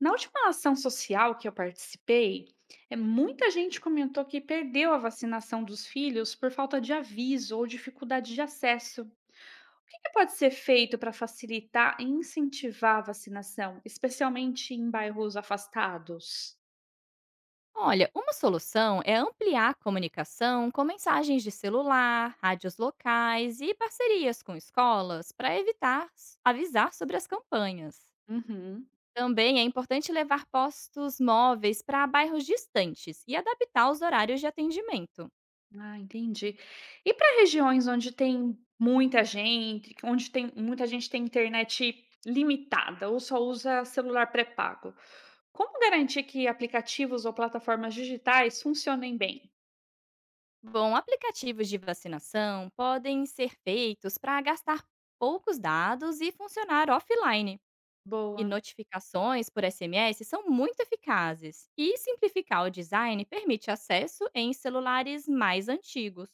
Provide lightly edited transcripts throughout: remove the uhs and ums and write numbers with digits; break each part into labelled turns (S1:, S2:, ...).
S1: Na última ação social que eu participei, muita gente comentou que perdeu a vacinação dos filhos por falta de aviso ou dificuldade de acesso. O que pode ser feito para facilitar e incentivar a vacinação, especialmente em bairros afastados?
S2: Olha, uma solução é ampliar a comunicação com mensagens de celular, rádios locais e parcerias com escolas para avisar sobre as campanhas.
S1: Uhum.
S2: Também é importante levar postos móveis para bairros distantes e adaptar os horários de atendimento.
S1: Ah, entendi. E para regiões onde tem muita gente, onde tem muita gente tem internet limitada ou só usa celular pré-pago? Como garantir que aplicativos ou plataformas digitais funcionem bem?
S2: Bom, aplicativos de vacinação podem ser feitos para gastar poucos dados e funcionar offline. E
S1: Boa,
S2: notificações por SMS são muito eficazes, e simplificar o design permite acesso em celulares mais antigos.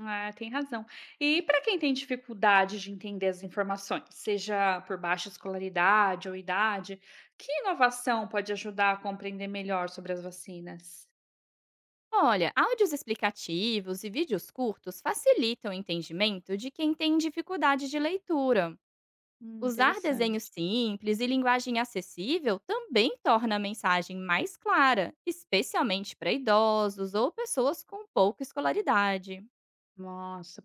S1: ah, tem razão. E para quem tem dificuldade de entender as informações, seja por baixa escolaridade ou idade, que inovação pode ajudar a compreender melhor sobre as vacinas?
S2: Olha, áudios explicativos e vídeos curtos facilitam o entendimento de quem tem dificuldade de leitura. Usar desenhos
S1: Interessante.
S2: simples e linguagem acessível também torna a mensagem mais clara, especialmente para idosos ou pessoas com pouca escolaridade.
S1: Nossa,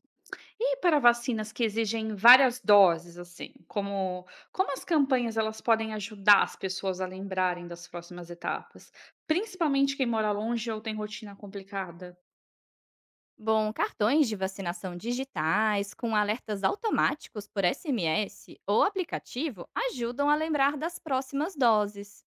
S1: e para vacinas que exigem várias doses, assim, como as campanhas elas podem ajudar as pessoas a lembrarem das próximas etapas, principalmente quem mora longe ou tem rotina complicada?
S2: Bom, cartões de vacinação digitais com alertas automáticos por SMS ou aplicativo ajudam a lembrar das próximas doses.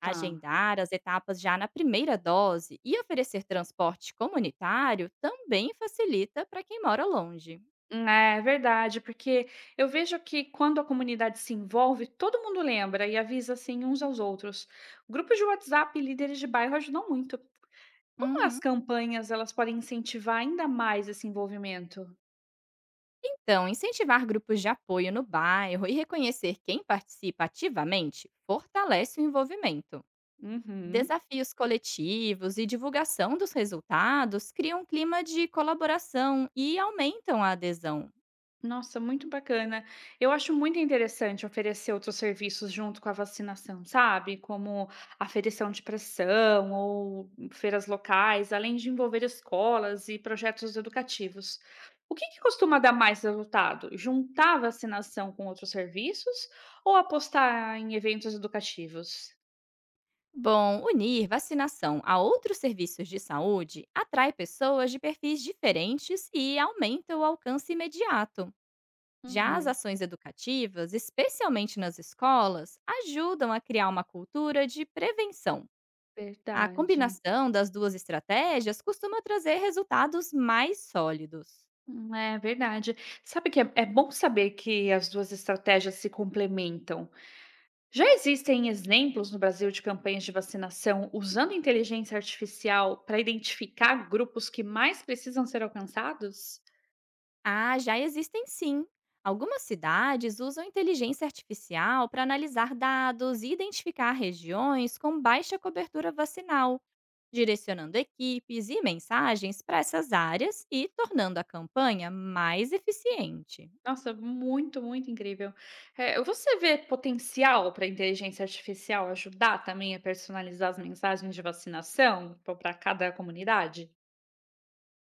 S1: Tá.
S2: as etapas já na primeira dose e oferecer transporte comunitário também facilita para quem mora longe.
S1: É verdade, porque eu vejo que quando a comunidade se envolve, todo mundo lembra e avisa assim uns aos outros. Grupos de WhatsApp e líderes de bairro ajudam muito. Como as
S2: Uhum.
S1: campanhas elas podem incentivar ainda mais esse envolvimento?
S2: Então, incentivar grupos de apoio no bairro e reconhecer quem participa ativamente fortalece o envolvimento.
S1: Uhum.
S2: Desafios coletivos e divulgação dos resultados criam um clima de colaboração e aumentam a adesão.
S1: Nossa, muito bacana. Eu acho muito interessante oferecer outros serviços junto com a vacinação, sabe? Como aferição de pressão ou feiras locais, além de envolver escolas e projetos educativos. O que costuma dar mais resultado? Juntar a vacinação com outros serviços ou apostar em eventos educativos?
S2: Bom, unir vacinação a outros serviços de saúde atrai pessoas de perfis diferentes e aumenta o alcance imediato. Já as
S1: Uhum,
S2: ações educativas, especialmente nas escolas, ajudam a criar uma cultura de prevenção. A
S1: verdade.
S2: combinação das duas estratégias costuma trazer resultados mais sólidos.
S1: É verdade. Sabe que é bom saber que as duas estratégias se complementam. Já existem exemplos no Brasil de campanhas de vacinação usando inteligência artificial para identificar grupos que mais precisam ser alcançados?
S2: Ah, já existem sim. Algumas cidades usam inteligência artificial para analisar dados e identificar regiões com baixa cobertura vacinal, direcionando equipes e mensagens para essas áreas e tornando a campanha mais eficiente.
S1: Nossa, muito incrível. Você vê potencial para a inteligência artificial ajudar também a personalizar as mensagens de vacinação para cada comunidade?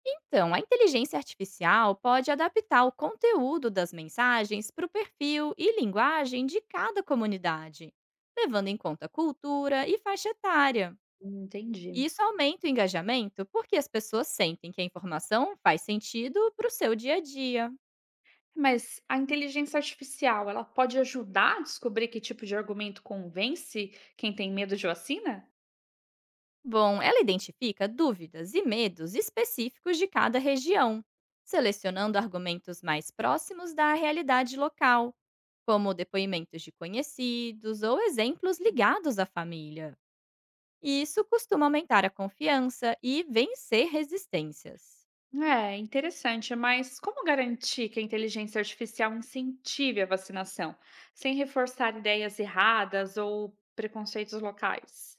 S2: Então, a inteligência artificial pode adaptar o conteúdo das mensagens para o perfil e linguagem de cada comunidade, levando em conta cultura e faixa etária. E
S1: Entendi.
S2: isso aumenta o engajamento porque as pessoas sentem que a informação faz sentido para o seu dia a dia.
S1: Mas a inteligência artificial, ela pode ajudar a descobrir que tipo de argumento convence quem tem medo de vacina?
S2: Bom, ela identifica dúvidas e medos específicos de cada região, selecionando argumentos mais próximos da realidade local, como depoimentos de conhecidos ou exemplos ligados à família. E isso costuma aumentar a confiança e vencer resistências.
S1: É, interessante, mas como garantir que a inteligência artificial incentive a vacinação, sem reforçar ideias erradas ou preconceitos locais?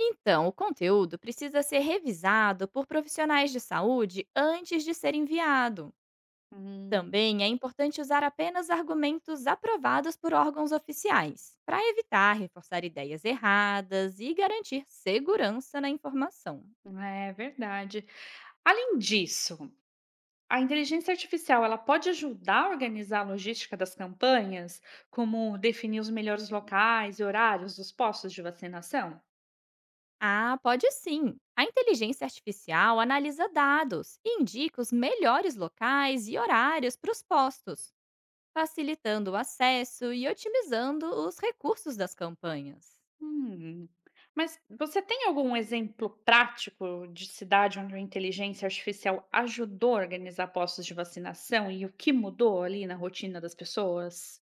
S2: Então, o conteúdo precisa ser revisado por profissionais de saúde antes de ser enviado.
S1: Hum,
S2: Também é importante usar apenas argumentos aprovados por órgãos oficiais, para evitar reforçar ideias erradas e garantir segurança na informação.
S1: é verdade. Além disso, a inteligência artificial ela pode ajudar a organizar a logística das campanhas, como definir os melhores locais e horários dos postos de vacinação?
S2: Ah, pode sim! A inteligência artificial analisa dados e indica os melhores locais e horários para os postos, facilitando o acesso e otimizando os recursos das campanhas.
S1: Hum. Mas você tem algum exemplo prático de cidade onde a inteligência artificial ajudou a organizar postos de vacinação e o que mudou ali na rotina das pessoas?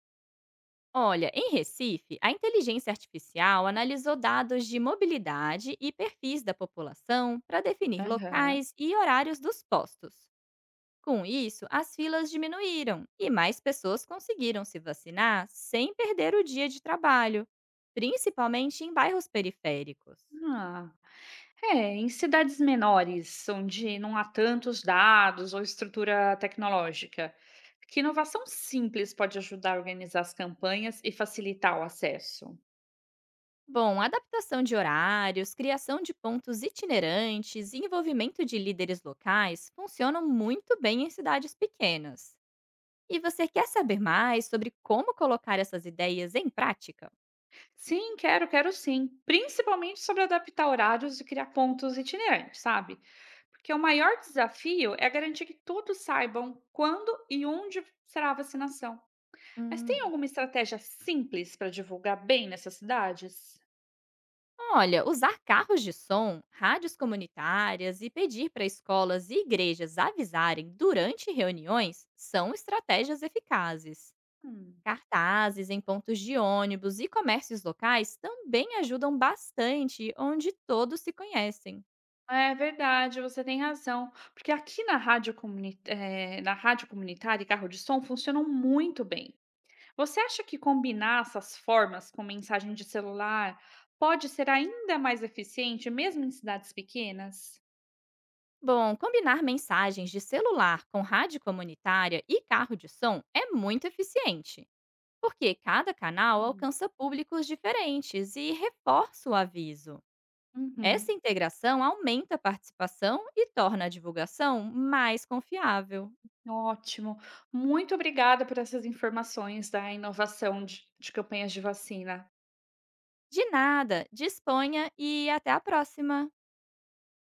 S2: Olha, em Recife, a inteligência artificial analisou dados de mobilidade e perfis da população para definir
S1: Aham.
S2: locais e horários dos postos. Com isso, as filas diminuíram e mais pessoas conseguiram se vacinar sem perder o dia de trabalho, principalmente em bairros periféricos.
S1: Ah, é, em cidades menores, onde não há tantos dados ou estrutura tecnológica, que inovação simples pode ajudar a organizar as campanhas e facilitar o acesso?
S2: Bom, adaptação de horários, criação de pontos itinerantes e envolvimento de líderes locais funcionam muito bem em cidades pequenas. E você quer saber mais sobre como colocar essas ideias em prática?
S1: Sim, quero sim. Principalmente sobre adaptar horários e criar pontos itinerantes, sabe? Porque o maior desafio é garantir que todos saibam quando e onde será a vacinação. Mas tem
S2: Hum.
S1: alguma estratégia simples para divulgar bem nessas cidades?
S2: Olha, usar carros de som, rádios comunitárias e pedir para escolas e igrejas avisarem durante reuniões são estratégias eficazes.
S1: Hum,
S2: Cartazes em pontos de ônibus e comércios locais também ajudam bastante, onde todos se conhecem.
S1: É verdade, você tem razão. Porque aqui na rádio, na rádio comunitária e carro de som funcionam muito bem. Você acha que combinar essas formas com mensagem de celular pode ser ainda mais eficiente, mesmo em cidades pequenas?
S2: Bom, combinar mensagens de celular com rádio comunitária e carro de som é muito eficiente, porque cada canal
S1: Hum.
S2: alcança públicos diferentes e reforça o aviso. Essa
S1: Uhum.
S2: integração aumenta a participação e torna a divulgação mais confiável.
S1: Ótimo. Muito obrigada por essas informações da inovação de campanhas de vacina.
S2: De nada, disponha e até a próxima!